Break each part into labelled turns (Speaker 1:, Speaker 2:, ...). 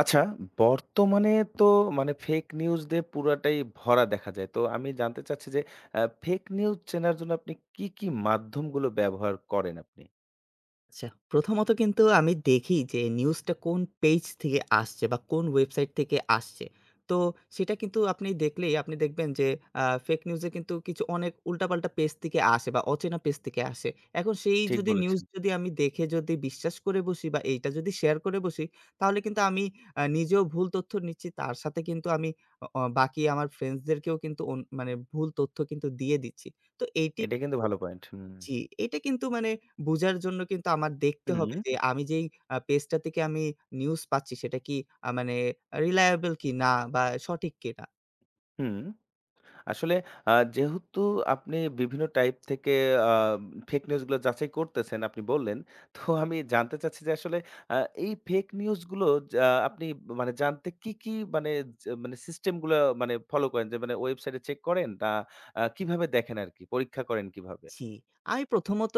Speaker 1: আচ্ছা, বর্তমানে তো মানে ফেক নিউজ দিয়ে পুরাটাই ভরা দেখা যায়। তো আমি জানতে চাচ্ছি যে ফেক নিউজ চেনার জন্য আপনি কি, কি মাধ্যমগুলো ব্যবহার করেন আপনি?
Speaker 2: আচ্ছা, প্রথমত কিন্তু আমি দেখি যে নিউজটা কোন পেজ থেকে আসছে বা কোন ওয়েবসাইট থেকে আসছে। তো সেটা কিন্তু আপনি দেখলেই আপনি দেখবেন যে ফেক নিউজে কিন্তু কিছু অনেক উল্টাপাল্টা পেজ থেকে আসে বা অচেনা পেজ থেকে আসে। এখন সেই
Speaker 1: ঠিক
Speaker 2: যদি নিউজ
Speaker 1: বলেছেন।
Speaker 2: যদি আমি দেখে যদি বিশ্বাস করে বসি বা এইটা যদি শেয়ার করে বসি, তাহলে কিন্তু আমি নিজেও ভুল তথ্য নিচ্ছি। তার সাথে কিন্তু আমি অ অ বাকি আমার ফ্রেন্ডসদেরকেও কিন্তু অন মানে ভুল তথ্য কিন্তু দিয়ে দিচ্ছি। তো এইটি
Speaker 1: এটা কিন্তু ভালো পয়েন্ট। হুম,
Speaker 2: জি, এটা কিন্তু মানে বোঝার জন্য কিন্তু আমার দেখতে
Speaker 1: হুম,
Speaker 2: হবে যে আমি যেই পেজটা থেকে আমি নিউজ পাচ্ছি সেটা কি মানে reliable কিনা বা সঠিক কিনা।
Speaker 1: হুম। আসলে যেহেতু আপনি বিভিন্ন টাইপ থেকে আ ফেক নিউজ গুলো যাচাই করতেছেন আপনি বললেন। তো আমি জানতে চাচ্ছি যে আসলে আ এই ফেক নিউজ গুলো যা আপনি মানে জানতে কি, কি মানে মানে সিস্টেম গুলো মানে ফলো করেন? যে মানে ওয়েবসাইটে চেক করেন না কিভাবে দেখেন আরকি? পরীক্ষা করেন কিভাবে?
Speaker 2: জি, আমি প্রথমত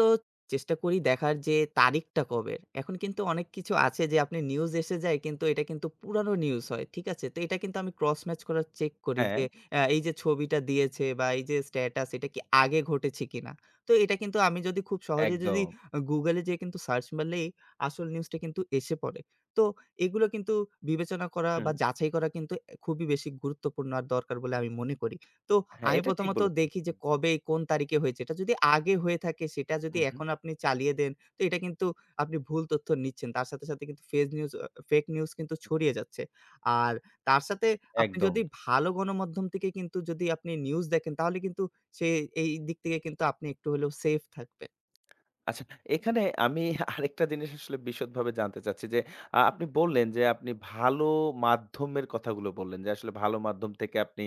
Speaker 2: চেষ্টা করি দেখার যে তারিখটা কবের। এখন কিন্তু অনেক কিছু আছে যে আপনি নিউজ এসে যায় কিন্তু এটা কিন্তু পুরানো নিউজ হয়। ঠিক আছে? তো এটা কিন্তু আমি ক্রস ম্যাচ করার চেক করি
Speaker 1: হ্যাঁ,
Speaker 2: যে এই যে ছবিটা দিয়েছে বা এই যে স্ট্যাটাস এটা কি আগে ঘটেছে কিনা? তো এটা কিন্তু আমি যদি খুব সহজেই যদি
Speaker 1: একদম।
Speaker 2: Google এ যেয়ে কিন্তু সার্চ মারলেই আসল নিউজটা কিন্তু এসে পড়ে। তো এগুলো কিন্তু বিবেচনা করা
Speaker 1: হুম।
Speaker 2: বা যাচাই করা কিন্তু খুবই বেশি গুরুত্বপূর্ণ আর দরকার বলে আমি মনে করি। তো
Speaker 1: হ্যাঁ,
Speaker 2: আমি
Speaker 1: এটা ঠিক
Speaker 2: প্রথমত
Speaker 1: বলেছেন।
Speaker 2: দেখি যে কবে কোন তারিখে হয়েছে। এটা যদি আগে হয়ে থাকে সেটা যদি
Speaker 1: হুম, হুম,
Speaker 2: এখন আপনি চালিয়ে দেন তো এটা কিন্তু আপনি ভুল তথ্য নিচ্ছেন। তার সাথে, সাথে কিন্তু ফেজ নিউজ আ ফেক নিউজ কিন্তু ছড়িয়ে যাচ্ছে। আর তার সাথে আপনি
Speaker 1: একদম।
Speaker 2: যদি ভালো গণমাধ্যম থেকে কিন্তু যদি আপনি নিউজ দেখেন তাহলে কিন্তু সে এই দিক থেকে কিন্তু আপনি একটু হলেও সেফ থাকবেন।
Speaker 1: আচ্ছা, এখানে আমি আরেকটা জিনিস আসলে বিশদভাবে জানতে চাচ্ছি যে, আপনি বললেন যে, আপনি ভালো মাধ্যমের কথাগুলো বললেন যে, আসলে ভালো মাধ্যম থেকে আপনি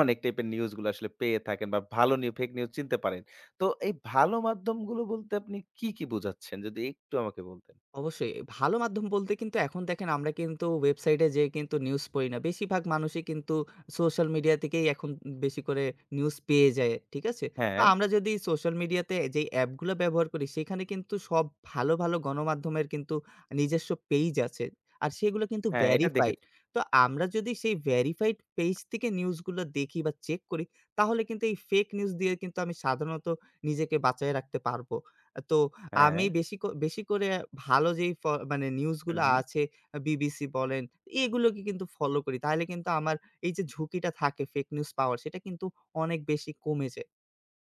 Speaker 1: অনেক টাইপের নিউজগুলো আসলে পেয়ে থাকেন বা ভালো ফেক নিউজ চিনতে পারেন। তো এই ভালো মাধ্যমগুলো বলতে আপনি কি, কি বোঝাচ্ছেন? যদি একটু আমাকে বলতেন।
Speaker 2: অবশ্যই। ভালো মাধ্যম বলতে কিন্তু এখন দেখেন আমরা কিন্তু ওয়েবসাইটে যেয়ে কিন্তু নিউজ পড়ি না। বেশিরভাগ মানুষই কিন্তু সোশ্যাল মিডিয়া থেকেই এখন বেশি করে নিউজ পেয়ে যায়। ঠিক আছে? তো
Speaker 1: হ্যাঁ,
Speaker 2: আমরা যদি সোশ্যাল মিডিয়াতে যেই অ্যাপগুলো ব্যবহার করি সেখানে কিন্তু সব ভালো, ভালো গণমাধ্যমের কিন্তু নিজস্ব পেইজ আছে। আর সেগুলো কিন্তু
Speaker 1: হ্যাঁ, এটা
Speaker 2: ভেরিফাইড।
Speaker 1: দেখেছি।
Speaker 2: তো আমরা যদি সেই ভেরিফাইড পেইজ থেকে নিউজগুলো দেখি বা চেক করি তাহলে কিন্তু এই ফেক নিউজ দিয়ে কিন্তু আমি সাধারণত নিজেকে বাঁচায় রাখতে পারব। তো
Speaker 1: হ্যাঁ,
Speaker 2: আমি বেশি করে ভালো যেই ফ মানে নিউজ
Speaker 1: হু,
Speaker 2: গুলো
Speaker 1: হু।
Speaker 2: আছে, বিবিসি বলেন, এগুলোকে কিন্তু ফলো করি। তাহলে কিন্তু আমার এই যে ঝুঁকিটা থাকে ফেক নিউজ পাওয়ার, সেটা কিন্তু অনেক বেশি কমে যায়।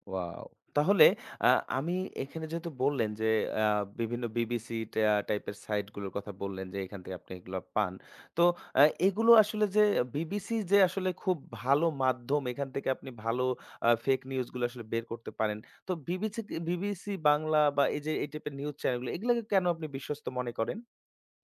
Speaker 1: ওয়াও! তাহলে আ আমি এখানে যেহেতু বললেন যে আ বিভিন্ন বিবিসি টা টাইপের সাইট গুলোর কথা বললেন যে এখান থেকে আপনি এগুলা পান। তো আ এগুলো আসলে যে বিবিসি যে আসলে খুব ভালো মাধ্যম এখান থেকে আপনি ভালো ফেক নিউজ গুলো আসলে বের করতে পারেন। তো বিবিসি বিবিসি বাংলা বা এই যে এই টাইপের নিউজ চ্যানেল গুলো এগুলাকে কেন আপনি বিশ্বস্ত মনে করেন?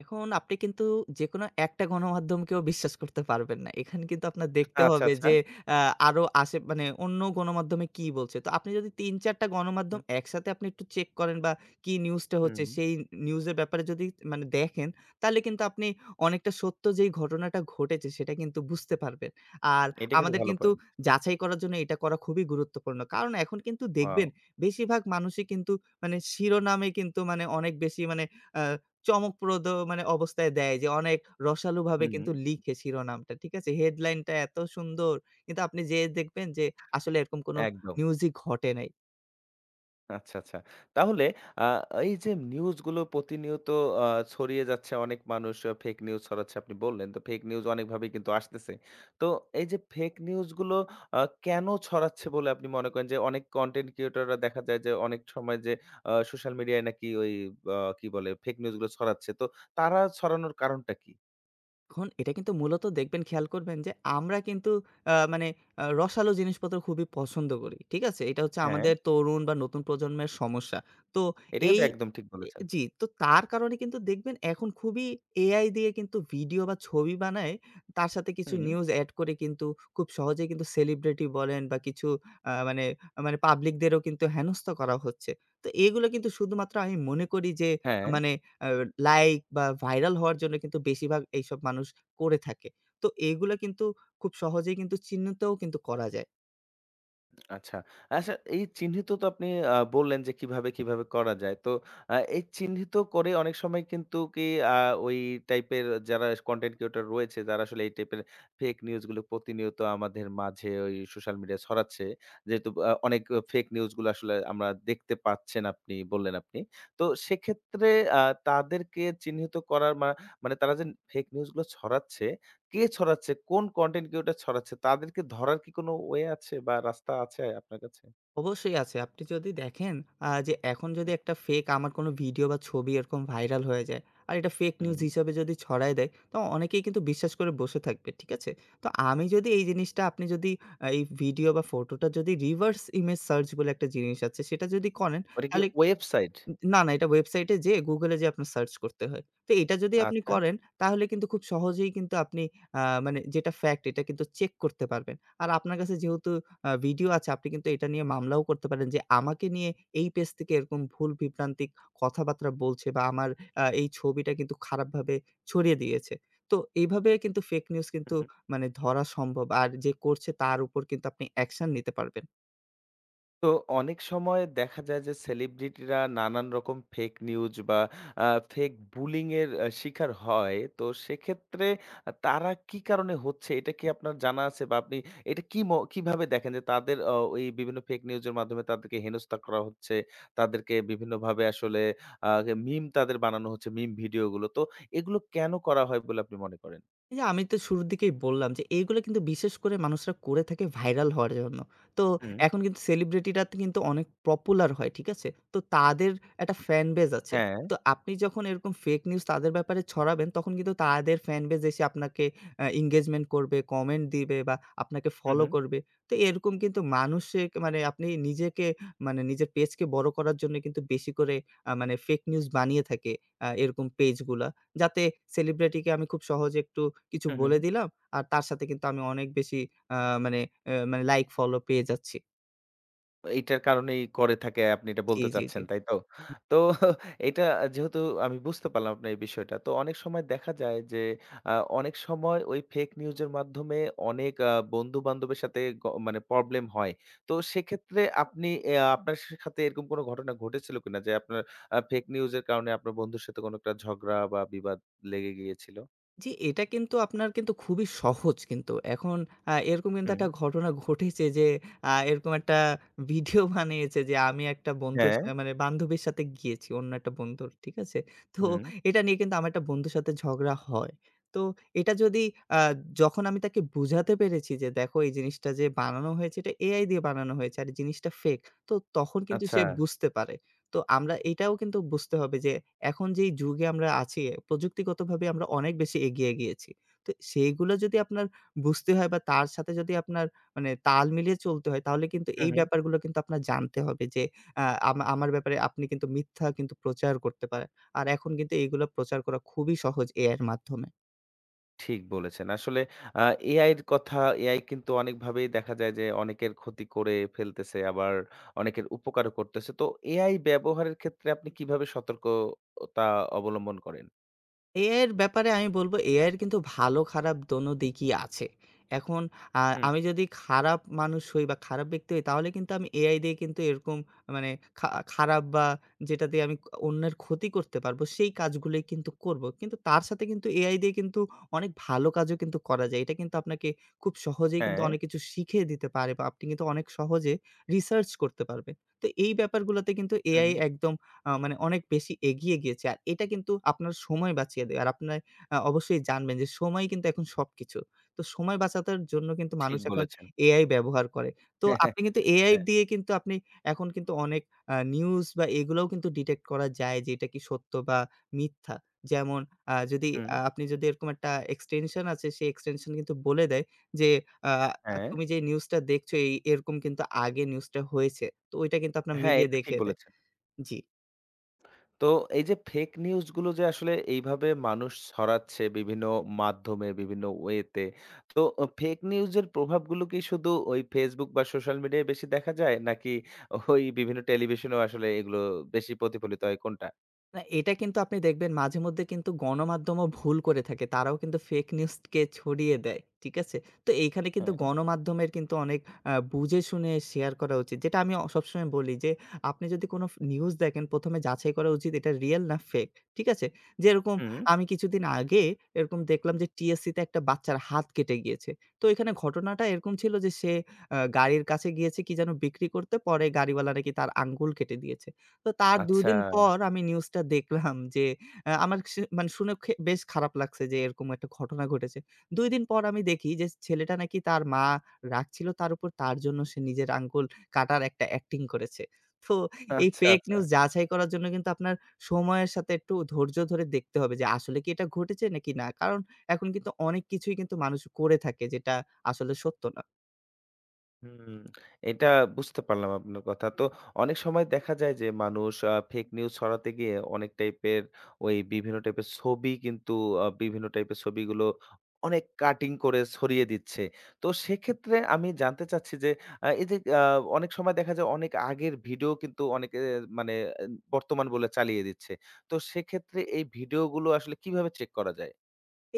Speaker 2: এখন আপনি কিন্তু যেকোনো একটা গণমাধ্যমকেও বিশ্বাস করতে পারবেন না। এখানে কিন্তু আপনার দেখতে
Speaker 1: আচ্ছা,
Speaker 2: হবে
Speaker 1: আচ্ছা।
Speaker 2: যে আ আরো আশে মানে অন্য গণমাধ্যমে কি বলছে। তো আপনি যদি ৩-৪ টা গণমাধ্যম
Speaker 1: হুম,
Speaker 2: একসাথে আপনি একটু চেক করেন বা কি নিউজটা হচ্ছে
Speaker 1: হুম।
Speaker 2: সেই নিউজের ব্যাপারে যদি মানে দেখেন, তাহলে কিন্তু আপনি অনেকটা সত্য যেই ঘটনাটা ঘটেছে সেটা কিন্তু বুঝতে পারবেন। আর
Speaker 1: এটা কিন্তু
Speaker 2: আমাদের
Speaker 1: ভালো
Speaker 2: কিন্তু
Speaker 1: পয়েন্ট।
Speaker 2: যাচাই করার জন্য এটা করা খুবই গুরুত্বপূর্ণ। কারণ এখন কিন্তু
Speaker 1: ওয়াও!
Speaker 2: দেখবেন বেশিরভাগ মানুষই কিন্তু মানে শিরোনামে কিন্তু মানে অনেক বেশি মানে আ চমকপ্রদ মানে অবস্থায় দেয় যে অনেক রসালোভাবে
Speaker 1: হুম।
Speaker 2: কিন্তু লিখে শিরোনামটা। ঠিক আছে? হেডলাইনটা এত সুন্দর কিন্তু আপনি যেয়ে দেখবেন যে আসলে এরকম কোনো
Speaker 1: একদম।
Speaker 2: নিউজই ঘটে নাই।
Speaker 1: আচ্ছা, আচ্ছা। তাহলে আ এই যে নিউজগুলো প্রতিনিয়ত আ ছড়িয়ে যাচ্ছে, অনেক মানুষ ফেক নিউজ ছড়াচ্ছে আপনি বললেন। তো ফেক নিউজ অনেকভাবেই কিন্তু আসতেছে। তো এই যে ফেক নিউজগুলো আ কেন ছড়াচ্ছে বলে আপনি মনে করেন? যে অনেক কনটেন্ট ক্রিয়েটররা দেখা যায় যে অনেক সময় যে সোশ্যাল মিডিয়ায় নাকি ওই কি বলে ফেক নিউজগুলো ছড়াচ্ছে। তো তারা ছড়ানোর কারণটা কি?
Speaker 2: এখন এটা কিন্তু মূলত দেখবেন খেয়াল করবেন যে আমরা কিন্তু আ মানে আ রসালো জিনিসপত্র খুবই পছন্দ করি। ঠিক আছে? এটা হচ্ছে
Speaker 1: হ্যাঁ।
Speaker 2: আমাদের তরুণ বা নতুন প্রজন্মের সমস্যা। তো
Speaker 1: এটা
Speaker 2: এই
Speaker 1: কিন্তু একদম ঠিক
Speaker 2: এ
Speaker 1: বলেছেন।
Speaker 2: জি, তো তার কারণে কিন্তু দেখবেন এখন খুবই AI দিয়ে কিন্তু ভিডিও বা ছবি বানায়, তার সাথে কিছু
Speaker 1: হুম,
Speaker 2: নিউজ এড করে কিন্তু খুব সহজেই কিন্তু সেলিব্রিটি বলেন বা কিছু আ মানে মানে পাবলিকদেরও কিন্তু হেনস্থা করা হচ্ছে। তো এগুলো কিন্তু শুধুমাত্র আমি মনে করি যে
Speaker 1: হ্যাঁ।
Speaker 2: মানে আ লাইক বা ভাইরাল হওয়ার জন্য কিন্তু বেশিরভাগ এইসব মানুষ করে থাকে। তো এগুলা কিন্তু খুব সহজেই কিন্তু চিহ্নিতও কিন্তু করা যায়।
Speaker 1: আচ্ছা। আচ্ছা, এই চিহ্নিত তো আপনি বললেন যে কিভাবে, কিভাবে করা যায়। তো এই চিহ্নিত করে অনেক সময় কিন্তু কি আ ওই টাইপের যারা কনটেন্ট ক্রিয়েটর রয়েছে, যারা আসলে এই টাইপের ফেক নিউজ গুলো প্রতিনিয়ত আমাদের মাঝে ওই সোশ্যাল মিডিয়ায় ছড়াচ্ছে। যেহেতু অনেক ফেক নিউজ গুলো আসলে আমরা দেখতে পাচ্ছেন আপনি বললেন আপনি। তো সেক্ষেত্রে আ তাদেরকে চিহ্নিত করার মানে তারা যে ফেক নিউজ গুলো ছড়াচ্ছে, কে ছড়াচ্ছে? কোন কনটেন্ট ক্রিয়েটর ছড়াচ্ছে? তাদেরকে ধরার কি কোনো ওয়ে আছে বা রাস্তা আছে আপনার কাছে?
Speaker 2: অবশ্যই আছে। আপনি যদি দেখেন যে এখন যদি
Speaker 1: হুম,
Speaker 2: একটা ফেক আমার কোনো ভিডিও বা ছবি এরকম ভাইরাল হয়ে যায় আর এটা ফেক নিউজ
Speaker 1: হুম।
Speaker 2: হিসাবে যদি ছড়ায় দেয়, তো অনেকেই কিন্তু বিশ্বাস করে বসে থাকবে। ঠিক আছে? তো আমি যদি এই জিনিসটা আপনি যদি এই ভিডিও বা ফটোটা যদি reverse image search বলে একটা জিনিস আছে সেটা যদি করেন
Speaker 1: ওটা কি
Speaker 2: তাহলে
Speaker 1: ওয়েবসাইট?
Speaker 2: না, না এটা ওয়েবসাইটে যেয়ে Google এ যেয়ে আপনার সার্চ করতে হয়। তো এটা যদি আপনি
Speaker 1: আচ্ছা।
Speaker 2: করেন তাহলে কিন্তু খুব সহজেই কিন্তু আপনি মানে যেটা ফ্যাক্ট এটা কিন্তু চেক করতে পারবেন। আর আপনার কাছে যেহেতু ভিডিও আছে আপনি কিন্তু এটা নিয়ে মামলাও করতে পারেন যে আমাকে নিয়ে এই পেজ থেকে এরকম ভুল বিভ্রান্তিক কথাবার্তা বলছে বা আমার এই ছবিটা কিন্তু খারাপভাবে ছড়িয়ে দিয়েছে। তো এইভাবে কিন্তু ফেক নিউজ কিন্তু মানে ধরা সম্ভব। আর যে করছে তার উপর কিন্তু আপনি অ্যাকশন নিতে পারবেন।
Speaker 1: তো অনেক সময় দেখা যায় যে সেলিব্রিটিরা নানান রকম ফেক নিউজ বা ফেক বুলিং এর শিকার হয়, তো সেক্ষেত্রে তারা কি কারণে হচ্ছে? এটা কি আপনার জানা আছে বা আপনি এটা কি কিভাবে দেখেন যে তাদের ওই বিভিন্ন ফেক নিউজের মাধ্যমে তাদেরকে হেনস্থা করা হচ্ছে, তাদেরকে বিভিন্নভাবে আসলে মিম তাদের বানানো হচ্ছে, মিম ভিডিওগুলো, তো এগুলো কেন করা হয় বলে আপনি মনে করেন?
Speaker 2: এই যে আমি তো শুরুর দিকেই বললাম যে এইগুলো কিন্তু বিশেষ করে মানুষরা করে থাকে ভাইরাল হওয়ার জন্য। তো
Speaker 1: হুম,
Speaker 2: এখন কিন্তু সেলিব্রিটিরা তো কিন্তু অনেক পপুলার হয়, ঠিক আছে? তো তাদের একটা ফ্যান বেজ আছে।
Speaker 1: হ্যাঁ,
Speaker 2: তো আপনি যখন এরকম ফেক নিউজ তাদের ব্যাপারে ছড়াবেন তখন কিন্তু তাদের ফ্যান বেজ এসে আপনাকে এনগেজমেন্ট করবে, কমেন্ট দিবে বা আপনাকে
Speaker 1: হুম,
Speaker 2: ফলো
Speaker 1: হুম,
Speaker 2: করবে। তো এরকম কিন্তু মানুষের মানে আপনি নিজেকে মানে নিজের পেজকে বড় করার জন্য কিন্তু বেশি করে মানে ফেক নিউজ বানিয়ে থাকে এরকম পেজগুলা। যাতে সেলিব্রিটিকে আমি খুব সহজে একটু কিছু
Speaker 1: হুম, হুম।
Speaker 2: বলে দিলাম। আর তার সাথে কিন্তু আমি অনেক বেশি আ মানে, অ্যা মানে লাইক ফলো পেয়ে যাচ্ছি।
Speaker 1: এইটার কারণেই করে থাকে, আপনি এটা
Speaker 2: জি,
Speaker 1: বলতে
Speaker 2: জি, জি।
Speaker 1: চাচ্ছেন, তাই তো? তো এটা যেহেতু আমি বুঝতে পারলাম আপনার এই বিষয়টা। তো অনেক সময় দেখা যায় যে আ অনেক সময় ওই ফেক নিউজের মাধ্যমে অনেক বন্ধু-বান্ধবের সাথে মানে প্রবলেম হয়। তো সেক্ষেত্রে আপনি আপনার সাথে এরকম কোনো ঘটনা ঘটেছিল কিনা যে আপনার ফেক নিউজের কারণে আপনার বন্ধুর সাথে কোনো একটা ঝগড়া বা বিবাদ লেগে গিয়েছিল?
Speaker 2: জি, এটা কিন্তু আপনার কিন্তু খুবই সহজ কিন্তু। এখন এরকম কিন্তু
Speaker 1: হুম।
Speaker 2: একটা ঘটনা ঘটেছে যে এরকম একটা ভিডিও বানিয়েছে যে আমি একটা বন্ধুর
Speaker 1: হ্যাঁ,
Speaker 2: সা মানে বান্ধবীর সাথে গিয়েছি অন্য একটা বন্ধুর, ঠিক আছে? তো
Speaker 1: হুম।
Speaker 2: এটা নিয়ে কিন্তু আমার একটা বন্ধুর সাথে ঝগড়া হয়। তো এটা যদি আ যখন আমি তাকে বুঝাতে পেরেছি যে, "দেখো এই জিনিসটা যে বানানো হয়েছে এটা AI দিয়ে বানানো হয়েছে আর এই জিনিসটা ফেক।" তো তখন কিন্তু সে
Speaker 1: আচ্ছা।
Speaker 2: বুঝতে পারে। তো আমরা এটাও কিন্তু বুঝতে হবে যে এখন যেই যুগে আমরা আছি প্রযুক্তিগতভাবে আমরা অনেক বেশি এগিয়ে গিয়েছি। তো সেইগুলো যদি আপনার বুঝতে হয় বা তার সাথে যদি আপনার মানে তাল মিলিয়ে চলতে হয় তাহলে কিন্তু
Speaker 1: হু,
Speaker 2: এই
Speaker 1: হু।
Speaker 2: ব্যাপারগুলো কিন্তু আপনার জানতে হবে যে আ আমা আমার ব্যাপারে আপনি কিন্তু মিথ্যা কিন্তু প্রচার করতে পারেন। আর এখন কিন্তু এইগুলো প্রচার করা খুবই সহজ AI এর মাধ্যমে।
Speaker 1: ঠিক বলেছেন। আসলে আ এআইর কথা, এআই কিন্তু অনেকভাবেই দেখা যায় যে অনেকের ক্ষতি করে ফেলতেছে, আবার অনেকের উপকারও করতেছে। তো এআই ব্যবহারের ক্ষেত্রে আপনি কিভাবে সতর্কতা অবলম্বন করেন?
Speaker 2: AI এর ব্যাপারে আমি বলব AI এর কিন্তু ভালো খারাপ দোনো দিকই আছে। এখন আ
Speaker 1: হুম।
Speaker 2: আমি যদি খারাপ মানুষ হই বা খারাপ ব্যক্তি হই তাহলে কিন্তু আমি AI দিয়ে কিন্তু এরকম মানে খারাপ বা যেটা দিয়ে আমি অন্যের ক্ষতি করতে পারবো সেই কাজগুলোই কিন্তু করব। কিন্তু তার সাথে কিন্তু AI দিয়ে কিন্তু অনেক ভালো কাজও কিন্তু করা যায়। এটা কিন্তু আপনাকে খুব সহজেই কিন্তু
Speaker 1: হ্যাঁ,
Speaker 2: অনেক কিছু শিখিয়ে দিতে পারে বা আপনি কিন্তু অনেক সহজে রিসার্চ করতে পারবেন। তো এই ব্যাপারগুলোতে কিন্তু
Speaker 1: হু,
Speaker 2: AI
Speaker 1: হুম।
Speaker 2: একদম মানে অনেক বেশি এগিয়ে গিয়েছে। আর এটা কিন্তু আপনার সময় বাঁচিয়ে দেয়। আর আপনার অবশ্যই জানবেন যে সময় কিন্তু এখন সবকিছু। তো সময় বাঁচাতার জন্য কিন্তু
Speaker 1: ঠিক
Speaker 2: মানুষ এখন
Speaker 1: বলেছেন।
Speaker 2: এআই ব্যবহার করে। তো
Speaker 1: হ্যাঁ, হ্যাঁ,
Speaker 2: আপনি কিন্তু এআই
Speaker 1: হ্যাঁ।
Speaker 2: দিয়ে কিন্তু আপনি এখন কিন্তু অনেক নিউজ বা এগুলোও কিন্তু ডিটেক্ট করা যায় যে এটা কি সত্য বা মিথ্যা। যেমন আ যদি
Speaker 1: হুম।
Speaker 2: আ আপনি যদি এরকম একটা এক্সটেনশন আছে সেই এক্সটেনশন কিন্তু বলে দেয় যে আ
Speaker 1: হ্যাঁ,
Speaker 2: তুমি যে নিউজটা দেখছো এই এরকম কিন্তু আগে নিউজটা হয়েছে। তো ওইটা কিন্তু আপনার
Speaker 1: হ্যাঁ,
Speaker 2: মিলিয়ে
Speaker 1: এটা ঠিক
Speaker 2: দেখিয়ে দেয়।
Speaker 1: বলেছেন।
Speaker 2: জি।
Speaker 1: তো এই যে ফেক নিউজ গুলো যে আসলে এইভাবে মানুষ ছড়াচ্ছে বিভিন্ন মাধ্যমে, বিভিন্ন ওয়েতে, তো ফেক নিউজের প্রভাবগুলো কি শুধু ওই ফেসবুক বা সোশ্যাল মিডিয়ায় বেশি দেখা যায়, নাকি ওই বিভিন্ন টেলিভিশনেও আসলে এগুলো বেশি প্রতিফলিত হয়, কোনটা?
Speaker 2: না, এটা কিন্তু আপনি দেখবেন মাঝেমধ্যে কিন্তু গণমাধ্যমও ভুল করে থাকে। তারাও কিন্তু ফেক নিউজকে ছড়িয়ে দেয়। ঠিক আছে? তো এইখানে কিন্তু
Speaker 1: হ্যাঁ।
Speaker 2: গণমাধ্যমের কিন্তু অনেক বুঝে শুনে শেয়ার করা উচিত। যেটা আমি সবসময় বলি যে, আপনি যদি কোনো নিউজ দেখেন ১ম এ যাচাই করা উচিত এটা রিয়াল না ফেক। ঠিক আছে? যেরকম
Speaker 1: হুম।
Speaker 2: আমি কিছুদিন আগে এরকম দেখলাম যে টিএসসি তে একটা বাচ্চার হাত কেটে গিয়েছে। তো এখানে ঘটনাটা এরকম ছিল যে সে গাড়ির কাছে গিয়েছে কি যেন বিক্রি করতে, পরে গাড়িওয়ালা নাকি তার আঙ্গুল কেটে দিয়েছে। তো তার ২
Speaker 1: আচ্ছা,
Speaker 2: দিন পর আমি নিউজটা দেখলাম যে আমার সে মানে শুনে খে বেশ খারাপ লাগছে যে এরকম একটা ঘটনা ঘটেছে। ২ দিন পর আমি দেখি যে ছেলেটা নাকি তার মা রাগছিল তার উপর তার জন্য সে নিজের আঙ্গুল কাটার একটা অ্যাক্টিং করেছে। তো এই
Speaker 1: আচ্ছা,
Speaker 2: ফেক
Speaker 1: আচ্ছা।
Speaker 2: নিউজ যাচাই করার জন্য কিন্তু আপনার সময়ের সাথে একটু ধৈর্য ধরে দেখতে হবে যে আসলে কি এটা ঘটেছে নাকি না। কারণ এখন কিন্তু অনেক কিছুই কিন্তু মানুষ করে থাকে যেটা আসলে সত্য না।
Speaker 1: হুম, এটা বুঝতে পারলাম আপনার কথা। তো অনেক সময় দেখা যায় যে মানুষ ফেক নিউজ ছড়াতে গিয়ে অনেক টাইপের ওই বিভিন্ন টাইপের ছবি কিন্তু বিভিন্ন টাইপের ছবিগুলো অনেক কাটিং করে ছড়িয়ে দিচ্ছে। তো সেক্ষেত্রে আমি জানতে চাচ্ছি যে আ এই যে আ অনেক সময় দেখা যায় অনেক আগের ভিডিও কিন্তু অনেকে মানে এ বর্তমান বলে চালিয়ে দিচ্ছে। তো সেক্ষেত্রে এই ভিডিওগুলো আসলে কিভাবে চেক করা যায়?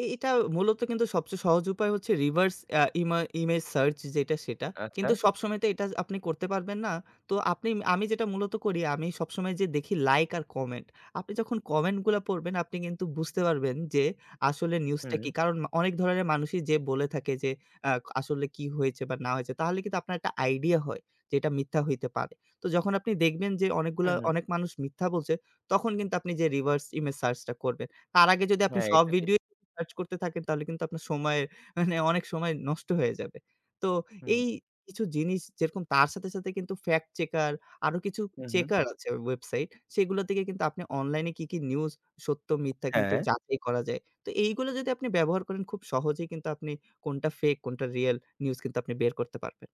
Speaker 2: এটা মূলত কিন্তু সবচেয়ে সহজ উপায় হচ্ছে reverse আ ইমা ইমেজ সার্চ যেটা সেটা।
Speaker 1: আচ্ছা।
Speaker 2: কিন্তু সবসময় তো এটা আপনি করতে পারবেন না। তো আমি যেটা মূলত করি আমি সবসময় যে দেখি লাইক আর কমেন্ট। আপনি যখন কমেন্টগুলা পড়বেন আপনি কিন্তু বুঝতে পারবেন যে আসলে নিউজটা
Speaker 1: হুম,
Speaker 2: কি। কারণ অনেক ধরনের মানুষই যে বলে থাকে যে আ আসলে কি হয়েছে বা না হয়েছে তাহলে কিন্তু আপনার একটা আইডিয়া হয় যে এটা মিথ্যা হইতে পারে। তো যখন আপনি দেখবেন যে অনেকগুলা
Speaker 1: হুম, হুম।
Speaker 2: অনেক মানুষ মিথ্যা বলছে তখন কিন্তু আপনি যে reverse ইমেজ সার্চটা করবেন। তার আগে যদি আপনি
Speaker 1: হ্যাঁ,
Speaker 2: সব
Speaker 1: এটা ঠিক।
Speaker 2: ভিডিও সার্চ করতে থাকেন তাহলে কিন্তু আপনার সময়ের মানে অনেক সময় নষ্ট হয়ে যাবে। তো
Speaker 1: হুম,
Speaker 2: এই কিছু জিনিস যেরকম তার সাথে, সাথে কিন্তু ফ্যাক্ট চেকার আরো কিছু
Speaker 1: হুম, হুম।
Speaker 2: চেকার আছে ওয়েবসাইট। সেগুলো থেকে কিন্তু আপনি অনলাইনে কি, কি নিউজ সত্য মিথ্যা কিন্তু
Speaker 1: হ্যাঁ।
Speaker 2: যাচাই করা যায়। তো এইগুলো যদি আপনি ব্যবহার করেন খুব সহজেই কিন্তু আপনি কোনটা ফেক কোনটা রিয়াল নিউজ কিন্তু আপনি বের করতে পারবেন।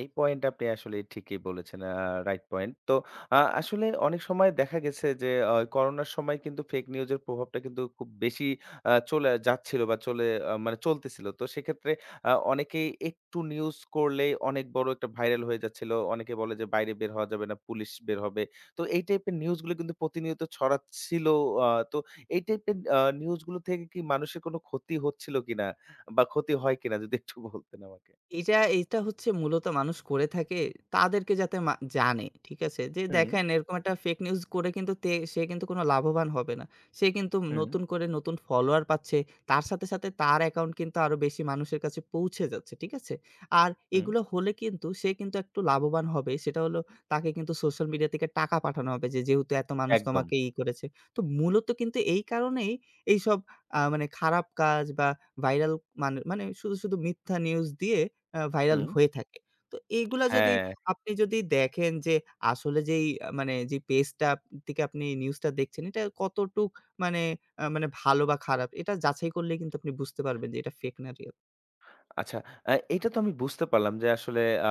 Speaker 1: এই পয়েন্ট আপনি আসলে ঠিকই বলেছেন। Right point. তো আসলে অনেক সময় দেখা গেছে যে করোনার সময় কিন্তু ফেক নিউজের প্রভাবটা কিন্তু খুব বেশি চলে যাচ্ছিল বা চলে মানে চলতেছিল। তো সেক্ষেত্রে অনেকেই একটু নিউজ করলেই অনেক বড় একটা ভাইরাল হয়ে যাচ্ছিল। অনেকে বলে যে বাইরে বের হওয়া যাবে না, পুলিশ বের হবে। তো এই টাইপের নিউজগুলো কিন্তু প্রতিনিয়ত ছড়াচ্ছিল। তো এই টাইপের নিউজগুলো থেকে কি মানুষের কোনো ক্ষতি হচ্ছিল কিনা বা ক্ষতি হয় কিনা, যদি একটু বলতেন আমাকে?
Speaker 2: এটা এটা হচ্ছে মূলত মানুষ করে থাকে তাদেরকে যাতে মা জানে, ঠিক আছে? যে
Speaker 1: হুম,
Speaker 2: দেখেন এরকম একটা ফেক নিউজ করে কিন্তু তে সে কিন্তু কোনো লাভবান হবে না। সে কিন্তু
Speaker 1: হুম,
Speaker 2: নতুন করে নতুন ফলোয়ার পাচ্ছে। তার সাথে, সাথে তার অ্যাকাউন্ট কিন্তু আরো বেশি মানুষের কাছে পৌঁছে যাচ্ছে, ঠিক আছে? আর
Speaker 1: হুম।
Speaker 2: এগুলো হলে কিন্তু সে কিন্তু একটু লাভবান হবে। সেটা হলো তাকে কিন্তু সোশ্যাল মিডিয়া থেকে টাকা পাঠানো হবে যে, যেহেতু এত মানুষ
Speaker 1: একদম।
Speaker 2: তোমাকে ই করেছে। তো মূলত কিন্তু এই কারণেই এইসব মানে খারাপ কাজ বা ভাইরাল মানে মানে শুধু, শুধু মিথ্যা নিউজ দিয়ে ভাইরাল
Speaker 1: হুম।
Speaker 2: হয়ে থাকে। তো এইগুলা যদি
Speaker 1: হ্যাঁ।
Speaker 2: আপনি যদি দেখেন যে আসলে যেই মানে যে পেজটা থেকে আপনি নিউজটা দেখছেন এটা কতটুক মানে মানে ভালো বা খারাপ এটা যাচাই করলেই কিন্তু আপনি বুঝতে পারবেন যে এটা ফেক না রিয়াল।
Speaker 1: আচ্ছা, এটা তো আমি বুঝতে পারলাম যে আসলে আ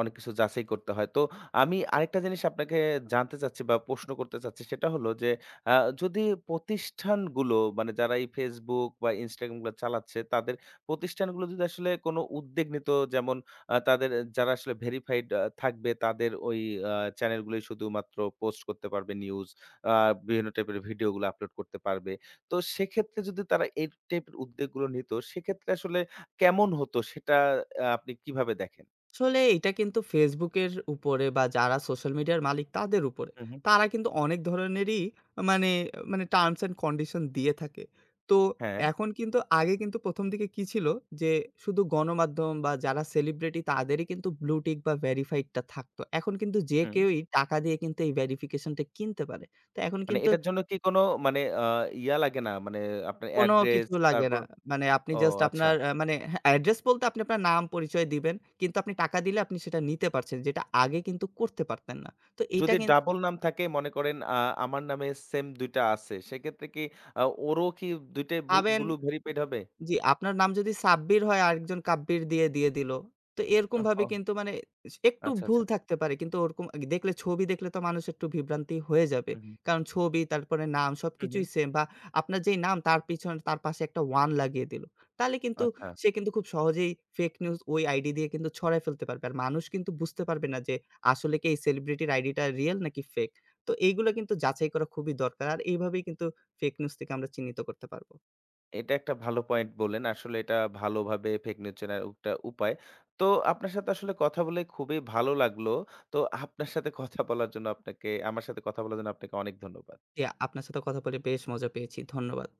Speaker 1: অনেক কিছু যাচাই করতে হয়। তো আমি আরেকটা জিনিস আপনাকে জানতে চাচ্ছি বা প্রশ্ন করতে চাচ্ছি, সেটা হলো যে আ যদি প্রতিষ্ঠানগুলো, মানে যারা এই Facebook বা Instagram গুলো চালাচ্ছে, তাদের প্রতিষ্ঠানগুলো যদি আসলে কোনো উদ্যোগ নিত, যেমন তাদের যারা আসলে ভেরিফাইড থাকবে তাদের ওই আ চ্যানেলগুলোই শুধুমাত্র পোস্ট করতে পারবে নিউজ, আ বিভিন্ন টাইপের ভিডিওগুলো আপলোড করতে পারবে। তো সেক্ষেত্রে যদি তারা এই টাইপের উদ্যোগগুলো নিত, সেক্ষেত্রে আসলে কেমন হতো সেটা আপনি কিভাবে দেখেন?
Speaker 2: আসলে এটা কিন্তু Facebook এর উপরে বা যারা সোশ্যাল মিডিয়ার মালিক তাদের উপরে।
Speaker 1: হু, হু।
Speaker 2: তারা কিন্তু অনেক ধরনেরই মানে মানে টার্মস অ্যান্ড কন্ডিশন দিয়ে থাকে। তো
Speaker 1: হ্যাঁ।
Speaker 2: এখন কিন্তু আগে কিন্তু ১ম দিকে কি ছিল যে শুধু গণমাধ্যম বা যারা সেলিব্রিটি তাদেরই কিন্তু ব্লু টিক বা ভেরিফাইড টা থাকতো। এখন কিন্তু যে
Speaker 1: হুম।
Speaker 2: কেউই টাকা দিয়ে কিন্তু এই ভেরিফিকেশন টা কিনতে পারে। তো এখন
Speaker 1: মানে
Speaker 2: কিন্তু
Speaker 1: এটার জন্য কি কোনো মানে ইয়া লাগে না? মানে আপনার
Speaker 2: কোনো
Speaker 1: অ্যাড্রেস,
Speaker 2: কিছু লাগে
Speaker 1: তারপর?
Speaker 2: না। মানে আপনি
Speaker 1: ও,
Speaker 2: জাস্ট
Speaker 1: আচ্ছা।
Speaker 2: আপনার আ মানে হ্যাঁ, অ্যাড্রেস বলতে আপনি আপনার নাম পরিচয় দিবেন। কিন্তু আপনি টাকা দিলে আপনি সেটা নিতে পারছেন। যেটা আগে কিন্তু করতে পারতেন না। তো এইটা
Speaker 1: যদি
Speaker 2: কিন
Speaker 1: ডাবল নাম থাকে মনে করেন, আমার নামে সেম ২ টা আছে। সেক্ষেত্রে কি আ ওরও কি ২ টাই
Speaker 2: ভাবেন
Speaker 1: ব্লু ভেরিফাইড হবে?
Speaker 2: জি, আপনার নাম যদি সাব্বির হয় আরেকজন কাব্বির দিয়ে দিল। তো এরকমভাবে
Speaker 1: ওহ!
Speaker 2: কিন্তু মানে একটু
Speaker 1: আচ্ছা,
Speaker 2: ভুল
Speaker 1: আচ্ছা।
Speaker 2: থাকতে পারে কিন্তু ওরকম দেখলে ছবি দেখলে তো মানুষ একটু বিভ্রান্তি হয়ে যাবে।
Speaker 1: হু, হু।
Speaker 2: কারণ ছবি তারপরে নাম
Speaker 1: হু, হু।
Speaker 2: সবকিছুই সেম বা আপনার যেই নাম তার পিছনে তার পাশে একটা ১ লাগিয়ে দিল। তাহলে কিন্তু
Speaker 1: আচ্ছা।
Speaker 2: সে কিন্তু খুব সহজেই ফেক নিউজ ওই আইডি দিয়ে কিন্তু ছড়ায় ফেলতে পারবে। আর মানুষ কিন্তু বুঝতে পারবে না যে আসলে কি এই সেলিব্রিটির আইডিটা রিয়াল নাকি ফেক। তো এইগুলো কিন্তু যাচাই করা খুবই দরকার। আর এইভাবেই কিন্তু ফেক নিউজ থেকে আমরা চিহ্নিত করতে পারব।
Speaker 1: এটা একটা ভালো পয়েন্ট বললেন। আসলে এটা ভালোভাবে ফেক নিউজ চেনার একটা উপায়। তো আপনার সাথে আসলে কথা বলে খুবই ভালো লাগলো। তো আপনার সাথে কথা বলার জন্য আপনাকে, আমার সাথে কথা বলার জন্য আপনাকে অনেক ধন্যবাদ।
Speaker 2: জি, আপনার সাথে কথা বলে বেশ মজা পেয়েছি। ধন্যবাদ।